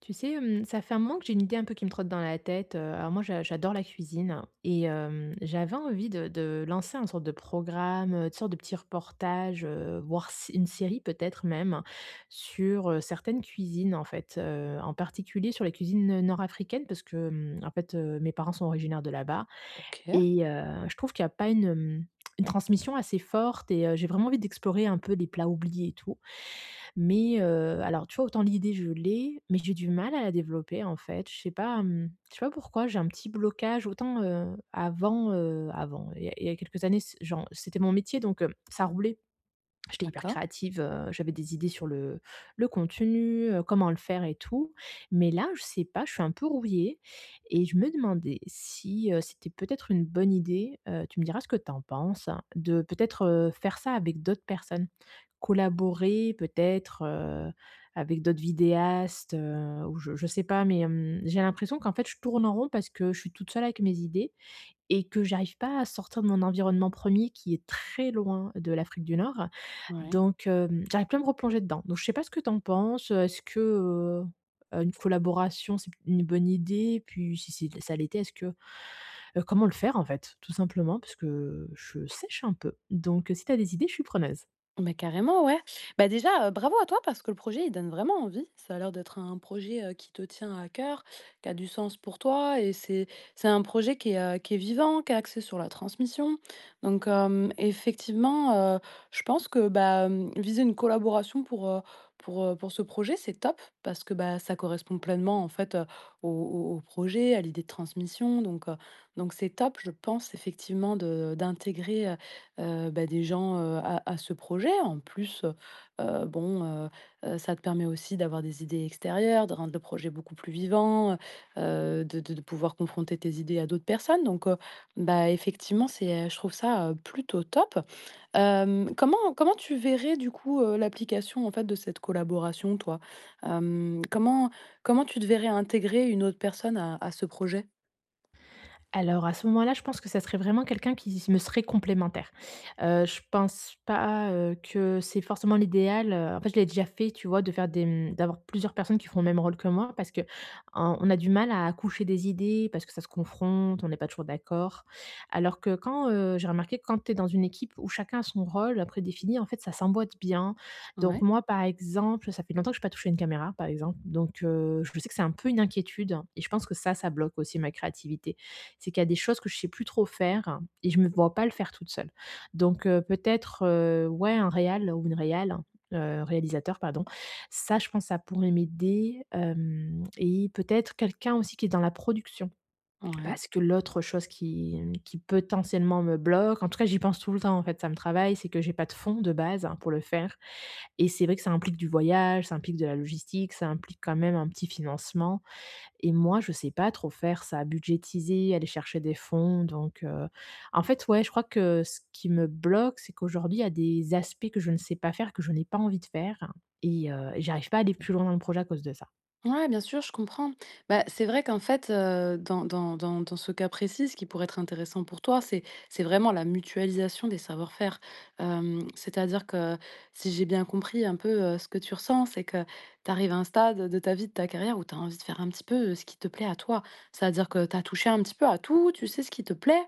Tu sais, ça fait un moment que j'ai une idée un peu qui me trotte dans la tête, alors moi j'adore la cuisine et j'avais envie de lancer un sorte de programme, une sorte de petit reportage, voire s une série peut-être même, sur, certaines cuisines en fait, en particulier sur les cuisines nord-africaines parce que, en fait, mes parents sont originaires de là-bas OK, et je trouve qu'il y a pas une, une transmission assez forte et j'ai vraiment envie d'explorer un peu les plats oubliés et tout. Mais alors tu vois, autant l'idée je l'ai, mais j'ai du mal à la développer en fait. Je sais pas, je sais pas pourquoi j'ai un petit blocage. Autant, avant, il y a quelques années, c genre, c'était mon métier donc, ça roulait. J'étais hyper d'accord, créative, j'avais des idées sur le contenu, comment le faire et tout. Mais là, je sais pas, je suis un peu rouillée et je me demandais si, c'était peut-être une bonne idée, tu me diras ce que tu en penses, hein, de peut-être, faire ça avec d'autres personnes. Collaborer peut-être, avec d'autres vidéastes, ou je sais pas, mais, j'ai l'impression qu'en fait je tourne en rond parce que je suis toute seule avec mes idées et que j'arrive pas à sortir de mon environnement premier qui est très loin de l'Afrique du Nord. ouais. Donc, j'arrive plus à me replonger dedans. Donc je sais pas ce que tu en penses, est-ce que, une collaboration, c'est une bonne idée? Puis si c'est ça l'était, est-ce que, comment le faire en fait? Tout simplement parce que je sèche un peu. Donc, si tu as des idées, je suis preneuse. Bah carrément, ouais. Bah, déjà, bravo à toi parce que le projet, il donne vraiment envie. Ça a l'air d'être un projet, qui te tient à cœur, qui a du sens pour toi et c'est un projet qui est vivant, qui est axé sur la transmission. Donc, effectivement, je pense que, bah, viser une collaboration pour, pour ce projet, c'est top parce que, bah, ça correspond pleinement, en fait, au projet, à l'idée de transmission. Donc c'est top, je pense, effectivement, de d'intégrer bah, des gens, à ce projet. En plus, bon, heu ça te permet aussi d'avoir des idées extérieures, de rendre le projet beaucoup plus vivant, de pouvoir confronter tes idées à d'autres personnes donc bah, effectivement, c'est, je trouve ça, plutôt top. Hem, comment comment tu verrais du coup, l'application, en fait, de cette collaboration, toi? Hem, comment comment tu te verrais intégrer une autre personne à ce projet? Alors, à ce moment-là, je pense que ça serait vraiment quelqu'un qui me serait complémentaire. Je pense pas, que c'est forcément l'idéal, en fait, je l'ai déjà fait, tu vois, de faire des, d'avoir plusieurs personnes qui font le même rôle que moi parce qu'on on a du mal à accoucher des idées, parce que ça se confronte, on n'est pas toujours d'accord. Alors que quand, j'ai remarqué que quand tu es dans une équipe où chacun a son rôle prédéfini, en fait, ça s'emboîte bien. Donc Ouais, moi, par exemple, ça fait longtemps que je j'ai pas touché une caméra, par exemple, donc je sais que c'est un peu une inquiétude et je pense que ça bloque aussi ma créativité. C'est qu'il y a des choses que je sais plus trop faire et je me vois pas le faire toute seule. Donc peut-être, ouais, un réal ou une réal, réalisateur pardon. Ça, je pense ça pourrait m'aider, hem et peut-être quelqu'un aussi qui est dans la production. ouais. Parce que l'autre chose qui potentiellement me bloque, en tout cas j'y pense tout le temps en fait, ça me travaille, c'est que j'ai pas de fonds de base hein, pour le faire et c'est vrai que ça implique du voyage, ça implique de la logistique, ça implique quand même un petit financement. Et moi, je sais pas trop faire ça, budgétiser, aller chercher des fonds, donc en fait, ouais, je crois que ce qui me bloque, c'est qu'aujourd'hui, il y a des aspects que je ne sais pas faire, que je n'ai pas envie de faire et j'arrive pas à aller plus loin dans le projet à cause de ça. Ouais, bien sûr, je comprends. Bah, c'est vrai qu'en fait, dans ce cas précis, ce qui pourrait être intéressant pour toi, c'est vraiment la mutualisation des savoir-faire. C'est-à-dire que, si j'ai bien compris un peu, ce que tu ressens, c'est que tu arrives à un stade de ta vie, de ta carrière où tu as envie de faire un petit peu, ce qui te plaît à toi. C'est-à-dire que tu as touché un petit peu à tout, tu sais ce qui te plaît,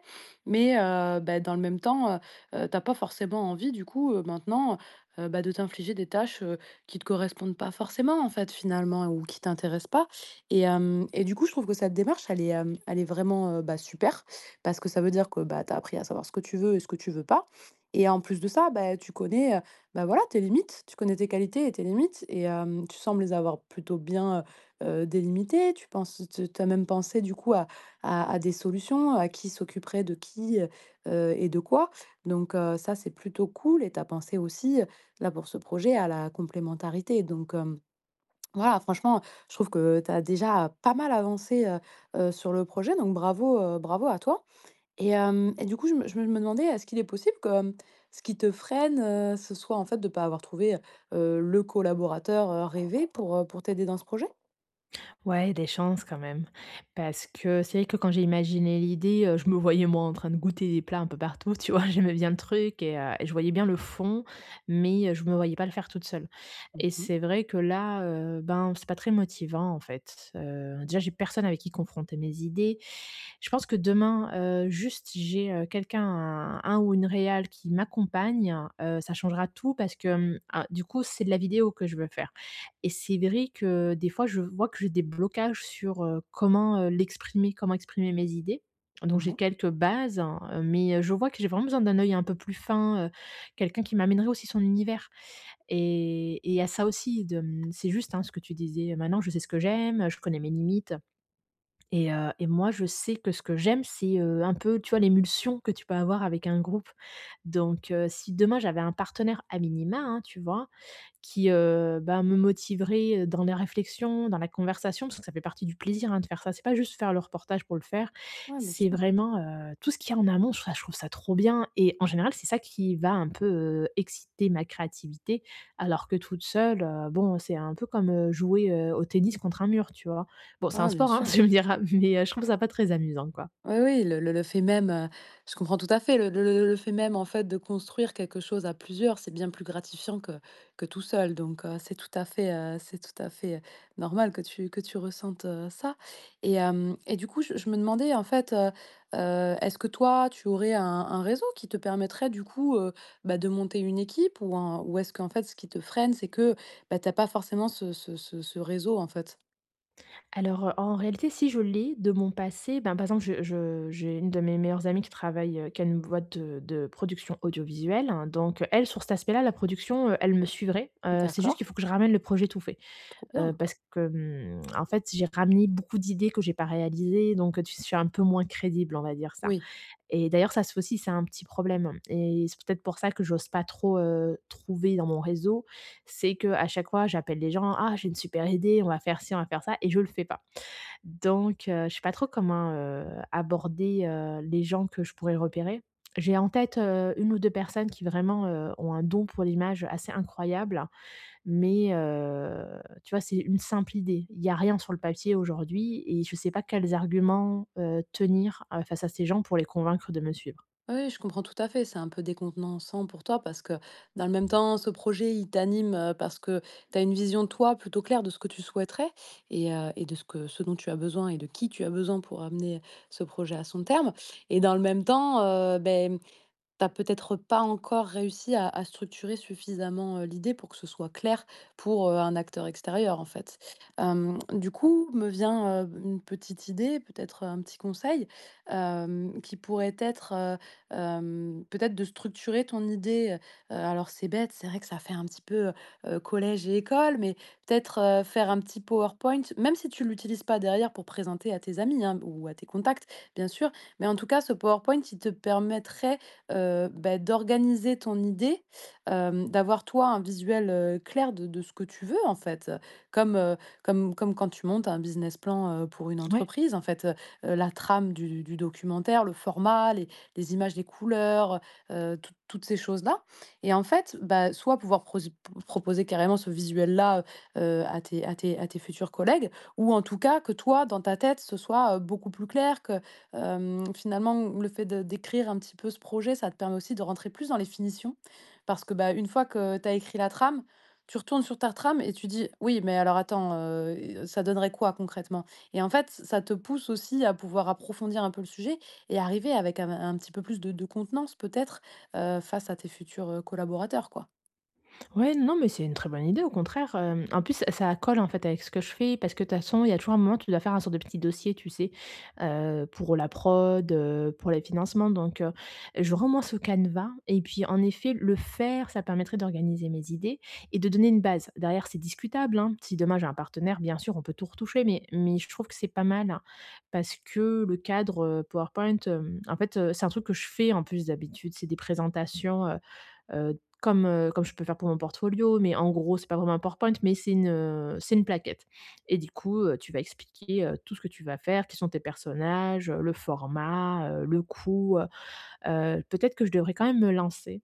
mais bah, dans le même temps, tu as pas forcément envie du coup, maintenant, bah, de t'infliger des tâches qui te correspondent pas forcément, en fait, finalement, ou qui t'intéressent pas et du coup, je trouve que cette démarche, elle est, elle est vraiment, bah, super parce que ça veut dire que, bah, tu as appris à savoir ce que tu veux et ce que tu veux pas et en plus de ça, bah, tu connais, bah, voilà, tes limites, tu connais tes qualités et tes limites et tu sembles les avoir plutôt bien, délimitées. Tu as même pensé, du coup, à des solutions, à qui s'occuperait de qui, et de quoi donc ça, c'est plutôt cool et tu as pensé aussi, là, pour ce projet, à la complémentarité. Donc, voilà, franchement, je trouve que tu as déjà pas mal avancé, sur le projet, donc bravo, bravo à toi. Et du coup, je me demandais, est-ce qu'il est possible que, ce qui te freine, ce soit, en fait, de ne pas avoir trouvé, le collaborateur, rêvé pour t'aider dans ce projet? Ouais, des chances quand même. Parce que c'est vrai que quand j'ai imaginé l'idée, je me voyais moi en train de goûter des plats un peu partout, tu vois? J'aimais bien le truc et je voyais bien le fond, mais je me voyais pas le faire toute seule. Et Mmh. c'est vrai que là, ben, c'est pas très motivant en fait. Déjà j'ai personne avec qui confronter mes idées. Je pense que demain, juste j'ai, quelqu'un, un ou une réal qui m'accompagne, ça changera tout parce que, ah, du coup c'est de la vidéo que je veux faire. Et c'est vrai que des fois, je vois que j'ai des blocages sur, comment, l'exprimer, comment exprimer mes idées. Donc j'ai Ouais. quelques bases, mais je vois que j'ai vraiment besoin d'un œil un peu plus fin, quelqu'un qui m'amènerait aussi son univers. Et il y a ça aussi de, c'est juste, hein, ce que tu disais, maintenant je sais ce que j'aime, je connais mes limites et moi je sais que ce que j'aime, c'est, un peu, tu vois, l'émulsion que tu peux avoir avec un groupe. Donc si demain j'avais un partenaire à minima, hein, tu vois? Qui, bah, me motiverait, dans les réflexions, dans la conversation, parce que ça fait partie du plaisir, hein, de faire ça. C'est pas juste faire le reportage pour le faire, Ouais, bien c'est sûr. vraiment, tout ce qu'il y a en amont, je trouve ça trop bien et en général, c'est ça qui va un peu, exciter ma créativité. Alors que toute seule, bon, c'est un peu comme, jouer, au tennis contre un mur, tu vois? Bon, c'est un Ouais, bien sport, hein, sûr. tu me diras, mais, je trouve ça pas très amusant, quoi. Oui, oui, le fait même, je comprends tout à fait. Le fait même, en fait, de construire quelque chose à plusieurs, c'est bien plus gratifiant que tout seul. Donc, c'est tout à fait, c'est tout à fait, normal que tu ressentes, ça. Et du coup, je me demandais, en fait, est-ce que toi, tu aurais un réseau qui te permettrait, du coup, bah, de monter une équipe ou un ou est-ce qu'en fait, ce qui te freine, c'est que, bah, t'as pas forcément ce réseau, en fait? Alors, en réalité, si je l'ai de mon passé, ben, par exemple, je j'ai une de mes meilleures amies qui travaille, qui a une boîte de production audiovisuelle, hein. Donc elle, sur cet aspect-là, la production, elle me suivrait. C'est juste D'accord, qu'il faut que je ramène le projet tout fait. trop bien. Parce que, en fait, j'ai ramené beaucoup d'idées que j'ai pas réalisées, donc tu je suis un peu moins crédible, on va dire ça. Oui. Et d'ailleurs ça, c'est aussi, c'est un petit problème et c'est peut-être pour ça que j'ose pas trop, trouver dans mon réseau. C'est qu'à chaque fois, j'appelle les gens: «Ah, j'ai une super idée, on va faire ci, on va faire ça» et je le fais pas. Donc je sais pas trop comment, aborder, les gens que je pourrais repérer. J'ai en tête, une ou 2 personnes qui vraiment, ont un don pour l'image assez incroyable, mais tu vois, c'est une simple idée. Il n'y a rien sur le papier aujourd'hui et je sais pas quels arguments, tenir, face à ces gens pour les convaincre de me suivre. Oui, je comprends tout à fait. C'est un peu décontenançant pour toi parce que dans le même temps, ce projet, il t'anime parce que tu as une vision, toi, plutôt claire de ce que tu souhaiterais et de ce que, ce dont tu as besoin et de qui tu as besoin pour amener ce projet à son terme. Et dans le même temps, t'as peut-être pas encore réussi à structurer suffisamment, l'idée pour que ce soit clair pour, un acteur extérieur, en fait. Du coup, me vient, une petite idée, peut-être un petit conseil, qui pourrait être, peut-être de structurer ton idée, alors c'est bête, c'est vrai que ça fait un petit peu, collège et école, mais peut-être, faire un petit PowerPoint, même si tu l'utilises pas derrière pour présenter à tes amis, hein, ou à tes contacts, bien sûr. Mais en tout cas, ce PowerPoint, il te permettrait bah, d'organiser ton idée, d'avoir toi un visuel, clair de ce que tu veux en fait, comme, comme quand tu montes un business plan, pour une Ouais. entreprise en fait, la trame du documentaire, le format, les images, les couleurs, toutes toutes ces choses-là et en fait, bah, soit pouvoir prosi proposer carrément ce visuel-là, heu, à tes futurs collègues ou en tout cas que toi dans ta tête ce soit, beaucoup plus clair que. Finalement, le fait de d'écrire un petit peu ce projet, ça te permet aussi de rentrer plus dans les finitions parce que, bah, une fois que tu as écrit la trame, tu retournes sur ta trame et tu dis: «Oui, mais alors attends, ça donnerait quoi concrètement?» Et en fait, ça te pousse aussi à pouvoir approfondir un peu le sujet et arriver avec un petit peu plus de contenance peut-être, face à tes futurs, collaborateurs, quoi. Ouais, non, mais c'est une très bonne idée, au contraire, en plus, ça colle, en fait, avec ce que je fais parce que de toute façon, il y a toujours un moment, tu dois faire un sorte de petit dossier, tu sais? Pour la prod, pour les financements donc j'aurais au moins ce canevas et puis, en effet, le faire, ça permettrait d'organiser mes idées et de donner une base. Derrière, c'est discutable, hein. Si demain j'ai un partenaire, bien sûr, on peut tout retoucher mais je trouve que c'est pas mal hein, parce que le cadre, PowerPoint, en fait, c'est un truc que je fais, en plus, d'habitude, c'est des présentations, comme, comme je peux faire pour mon portfolio, mais en gros, c'est pas vraiment un PowerPoint, mais c'est une plaquette et du coup, tu vas expliquer, tout ce que tu vas faire, qui sont tes personnages, le format, le coût, peut-être que je devrais quand même me lancer.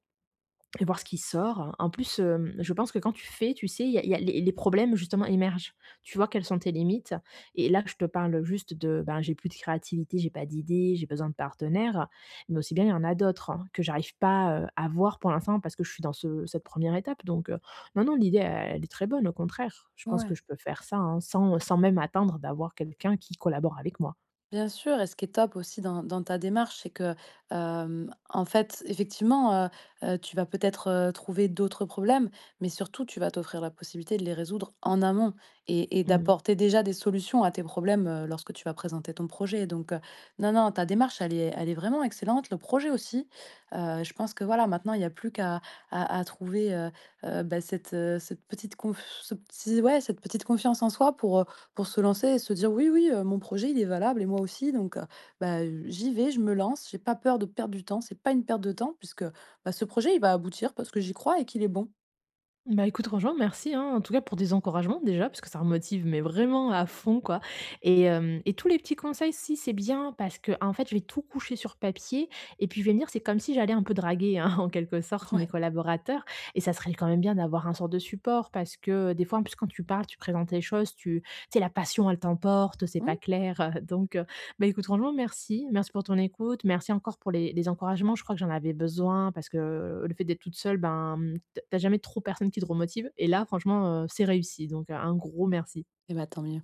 Et voir ce qui sort. En plus, je pense que quand tu fais, tu sais, il y a les problèmes justement émergent. Tu vois quelles sont tes limites et là, je te parle juste de, ben, j'ai plus de créativité, j'ai pas d'idées, j'ai besoin de partenaires, mais aussi bien il y en a d'autres, hein, que j'arrive pas, à voir pour l'instant parce que je suis dans ce cette première étape donc non, non, l'idée, elle est très bonne, au contraire. Je pense Ouais. que je peux faire ça, hein, sans même attendre d'avoir quelqu'un qui collabore avec moi. Bien sûr, et ce qui est top aussi dans, dans ta démarche, c'est que, en fait, effectivement, tu vas peut-être trouver d'autres problèmes, mais surtout, tu vas t'offrir la possibilité de les résoudre en amont et Mmh. d'apporter déjà des solutions à tes problèmes lorsque tu vas présenter ton projet. Donc, non, non, ta démarche, elle est vraiment excellente. Le projet aussi. Je pense que voilà, maintenant, il n'y a plus qu'à à trouver bah, cette, cette petite ouais, cette petite confiance en soi pour se lancer et se dire: «Oui, oui, mon projet, il est valable et moi aussi donc bah, j'y vais, je me lance, j'ai pas peur de perdre du temps, c'est pas une perte de temps puisque, bah, ce projet, il va aboutir parce que j'y crois et qu'il est bon». Bah, écoute franchement merci, hein, en tout cas pour des encouragements déjà, parce que ça me motive mais vraiment à fond quoi et hem et tous les petits conseils si c'est bien parce que en fait je vais tout coucher sur papier et puis je vais me dire c'est comme si j'allais un peu draguer, hein, en quelque sorte mes Ouais. collaborateurs et ça serait quand même bien d'avoir un sort de support parce que des fois en plus quand tu parles, tu présentes les choses, tu sais la passion elle t'emporte, c'est Mmh. pas clair, donc bah, écoute, franchement, merci. Merci pour ton écoute. Merci encore pour les encouragements. Je crois que j'en avais besoin parce que, le fait d'être toute seule, ben, tu jamais trop personne qui te remotive et là, franchement, c'est réussi donc un gros merci. Et bah, tant mieux.